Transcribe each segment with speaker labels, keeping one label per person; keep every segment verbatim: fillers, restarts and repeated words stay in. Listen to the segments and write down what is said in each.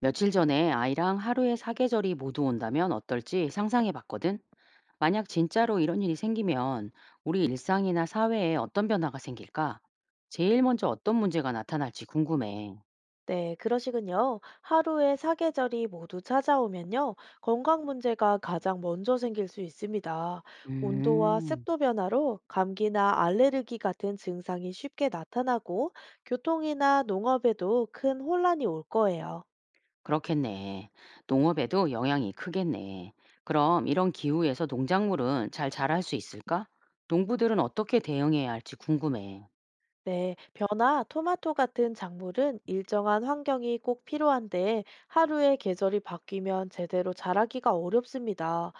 Speaker 1: 며칠 전에 아이랑 하루에 사계절이 모두 온다면 어떨지 상상해 봤거든. 만약 진짜로 이런 일이 생기면 우리 일상이나 사회에 어떤 변화가 생길까? 제일 먼저 어떤 문제가 나타날지 궁금해.
Speaker 2: 네, 그러시군요. 하루에 사계절이 모두 찾아오면요, 건강 문제가 가장 먼저 생길 수 있습니다. 온도와
Speaker 1: 음,
Speaker 2: 습도 변화로 감기나 알레르기 같은 증상이 쉽게 나타나고, 교통이나 농업에도 큰 혼란이 올 거예요.
Speaker 1: 그렇겠네. 농업에도 영향이 크겠네. 그럼 이런 기후에서 농작물은 잘 자랄 수 있을까? 농부들은 어떻게 대응해야 할지 궁금해.
Speaker 2: 네, 벼나 토마토 같은 작물은 일정한 환경이 꼭 필요한데 하루에 계절이 바뀌면 제대로 자라기가 어렵습니다.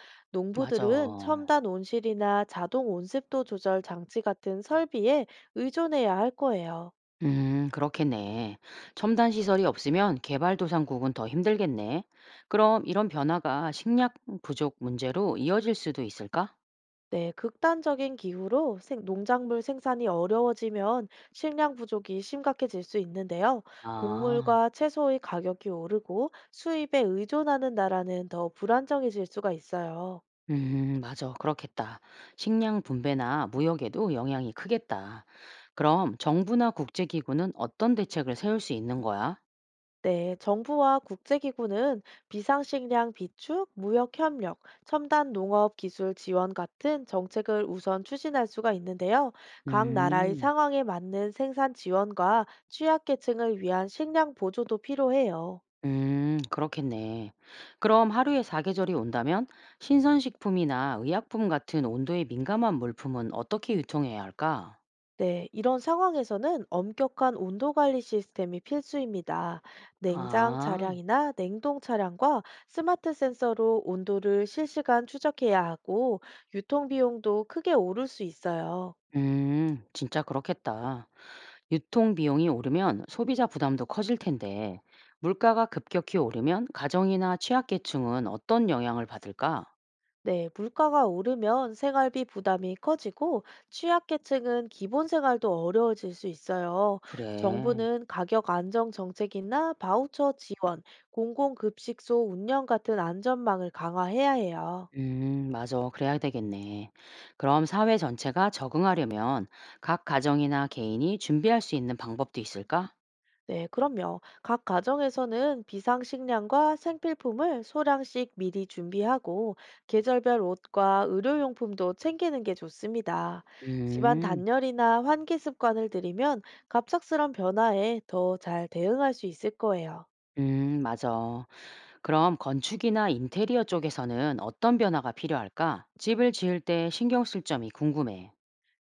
Speaker 1: 맞아.
Speaker 2: 농부들은 첨단 온실이나 자동 온습도 조절 장치 같은 설비에 의존해야 할 거예요.
Speaker 1: 음, 그렇겠네. 첨단 시설이 없으면 개발도상국은 더 힘들겠네. 그럼 이런 변화가 식량 부족 문제로 이어질 수도 있을까?
Speaker 2: 네, 극단적인 기후로 생- 농작물 생산이 어려워지면 식량 부족이 심각해질 수 있는데요.
Speaker 1: 아,
Speaker 2: 곡물과 채소의 가격이 오르고 수입에 의존하는 나라는 더 불안정해질 수가 있어요.
Speaker 1: 음, 맞아. 그렇겠다. 식량 분배나 무역에도 영향이 크겠다. 그럼 정부나 국제기구는 어떤 대책을 세울 수 있는 거야?
Speaker 2: 네, 정부와 국제기구는 비상식량 비축, 무역협력, 첨단 농업 기술 지원 같은 정책을 우선 추진할 수가 있는데요. 각 나라의
Speaker 1: 음,
Speaker 2: 상황에 맞는 생산 지원과 취약계층을 위한 식량 보조도 필요해요.
Speaker 1: 음, 그렇겠네. 그럼 하루에 사계절이 온다면 신선식품이나 의약품 같은 온도에 민감한 물품은 어떻게 유통해야 할까?
Speaker 2: 네, 이런 상황에서는 엄격한 온도 관리 시스템이 필수입니다. 냉장
Speaker 1: 아.
Speaker 2: 차량이나 냉동 차량과 스마트 센서로 온도를 실시간 추적해야 하고 유통 비용도 크게 오를 수 있어요.
Speaker 1: 음. 진짜 그렇겠다. 유통 비용이 오르면 소비자 부담도 커질 텐데 물가가 급격히 오르면 가정이나 취약계층은 어떤 영향을 받을까?
Speaker 2: 네, 물가가 오르면 생활비 부담이 커지고 취약계층은 기본 생활도 어려워질 수 있어요.
Speaker 1: 그래.
Speaker 2: 정부는 가격 안정 정책이나 바우처 지원, 공공급식소 운영 같은 안전망을 강화해야 해요.
Speaker 1: 음, 맞아. 그래야 되겠네. 그럼 사회 전체가 적응하려면 각 가정이나 개인이 준비할 수 있는 방법도 있을까?
Speaker 2: 네, 그럼요. 각 가정에서는 비상식량과 생필품을 소량씩 미리 준비하고 계절별 옷과 의료용품도 챙기는 게 좋습니다. 집안
Speaker 1: 음.
Speaker 2: 단열이나 환기 습관을 들이면 갑작스런 변화에 더 잘 대응할 수 있을 거예요.
Speaker 1: 음, 맞아. 그럼 건축이나 인테리어 쪽에서는 어떤 변화가 필요할까? 집을 지을 때 신경 쓸 점이 궁금해.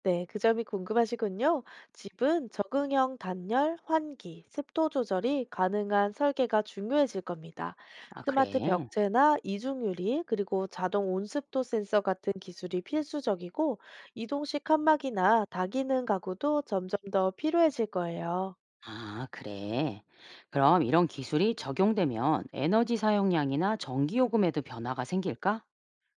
Speaker 2: 네, 그 점이 궁금하시군요. 집은 적응형 단열, 환기, 습도 조절이 가능한 설계가 중요해질 겁니다.
Speaker 1: 아,
Speaker 2: 스마트
Speaker 1: 그래?
Speaker 2: 벽체나 이중유리, 그리고 자동 온습도 센서 같은 기술이 필수적이고, 이동식 칸막이나 다기능 가구도 점점 더 필요해질 거예요.
Speaker 1: 아, 그래. 그럼 이런 기술이 적용되면 에너지 사용량이나 전기요금에도 변화가 생길까?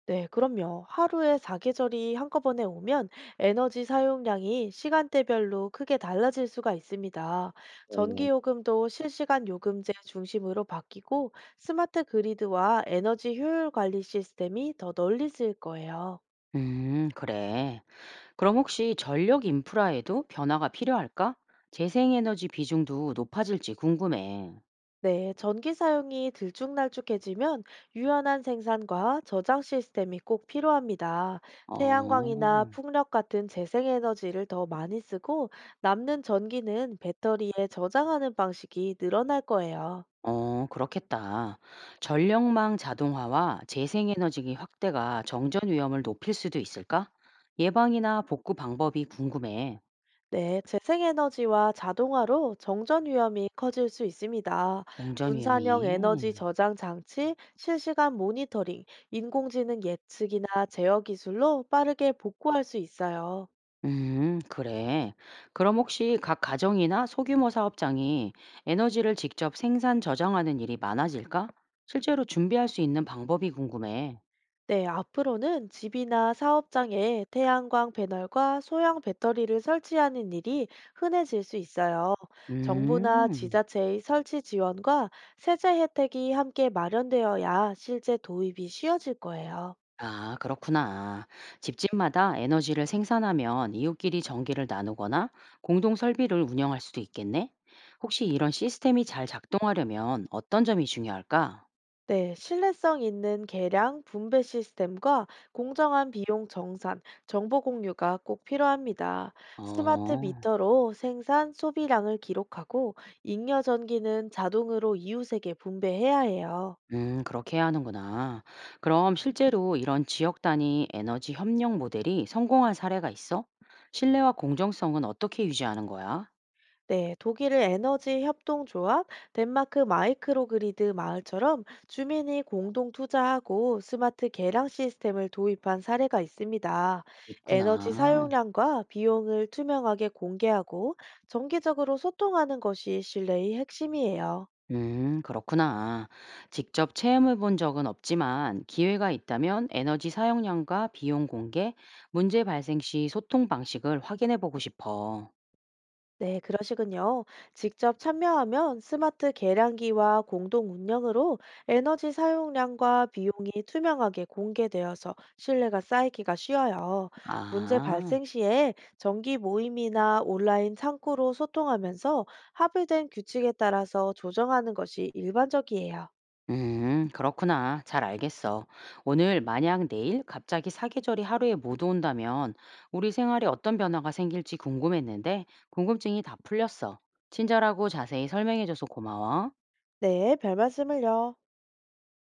Speaker 2: 네, 그럼요. 하루에 사계절이 한꺼번에 오면 에너지 사용량이 시간대별로 크게 달라질 수가 있습니다.
Speaker 1: 물론
Speaker 2: 전기요금도 실시간 요금제 중심으로 바뀌고 스마트 그리드와 에너지 효율 관리 시스템이 더 널리 쓰일 거예요.
Speaker 1: 음, 그래. 그럼 혹시 전력 인프라에도 변화가 필요할까? 재생에너지 비중도 높아질지 궁금해.
Speaker 2: 네, 전기 사용이 들쭉날쭉해지면 유연한 생산과 저장 시스템이 꼭 필요합니다. 태양광이나
Speaker 1: 어.
Speaker 2: 풍력 같은 재생에너지를 더 많이 쓰고 남는 전기는 배터리에 저장하는 방식이 늘어날 거예요.
Speaker 1: 어, 그렇겠다. 전력망 자동화와 재생에너지 확대가 정전 위험을 높일 수도 있을까? 예방이나 복구 방법이 궁금해.
Speaker 2: 네, 재생에너지와 자동화로 정전 위험이 커질 수 있습니다.
Speaker 1: 정전
Speaker 2: 분산형 에너지
Speaker 1: 위험이.
Speaker 2: 저장 장치, 실시간 모니터링, 인공지능 예측이나 제어 기술로 빠르게 복구할 수 있어요.
Speaker 1: 음, 그래. 그럼 혹시 각 가정이나 소규모 사업장이 에너지를 직접 생산 저장하는 일이 많아질까? 실제로 준비할 수 있는 방법이 궁금해.
Speaker 2: 네, 앞으로는 집이나 사업장에 태양광 패널과 소형 배터리를 설치하는 일이 흔해질 수 있어요. 정부나
Speaker 1: 음.
Speaker 2: 지자체의 설치 지원과 세제 혜택이 함께 마련되어야 실제 도입이 쉬워질 거예요.
Speaker 1: 아, 그렇구나. 집집마다 에너지를 생산하면 이웃끼리 전기를 나누거나 공동 설비를 운영할 수도 있겠네? 혹시 이런 시스템이 잘 작동하려면 어떤 점이 중요할까?
Speaker 2: 네, 신뢰성 있는 계량 분배 시스템과 공정한 비용 정산, 정보 공유가 꼭 필요합니다. 스마트
Speaker 1: 어,
Speaker 2: 미터로 생산 소비량을 기록하고 잉여 전기는 자동으로 이웃에게 분배해야 해요.
Speaker 1: 음, 그렇게 해야 하는구나. 그럼 실제로 이런 지역 단위 에너지 협력 모델이 성공한 사례가 있어? 신뢰와 공정성은 어떻게 유지하는 거야?
Speaker 2: 네, 독일의 에너지 협동조합, 덴마크 마이크로그리드 마을처럼 주민이 공동 투자하고 스마트 계량 시스템을 도입한 사례가 있습니다.
Speaker 1: 있구나.
Speaker 2: 에너지 사용량과 비용을 투명하게 공개하고 정기적으로 소통하는 것이 신뢰의 핵심이에요.
Speaker 1: 음, 그렇구나. 직접 체험해 본 적은 없지만 기회가 있다면 에너지 사용량과 비용 공개, 문제 발생 시 소통 방식을 확인해 보고 싶어.
Speaker 2: 네, 그러시군요. 직접 참여하면 스마트 계량기와 공동 운영으로 에너지 사용량과 비용이 투명하게 공개되어서 신뢰가 쌓이기가 쉬워요. 문제
Speaker 1: 아,
Speaker 2: 발생 시에 정기 모임이나 온라인 창구로 소통하면서 합의된 규칙에 따라서 조정하는 것이 일반적이에요.
Speaker 1: 음, 그렇구나. 잘 알겠어. 오늘 만약 내일 갑자기 사계절이 하루에 못 온다면 우리 생활에 어떤 변화가 생길지 궁금했는데 궁금증이 다 풀렸어. 친절하고 자세히 설명해줘서 고마워.
Speaker 2: 네, 별 말씀을요.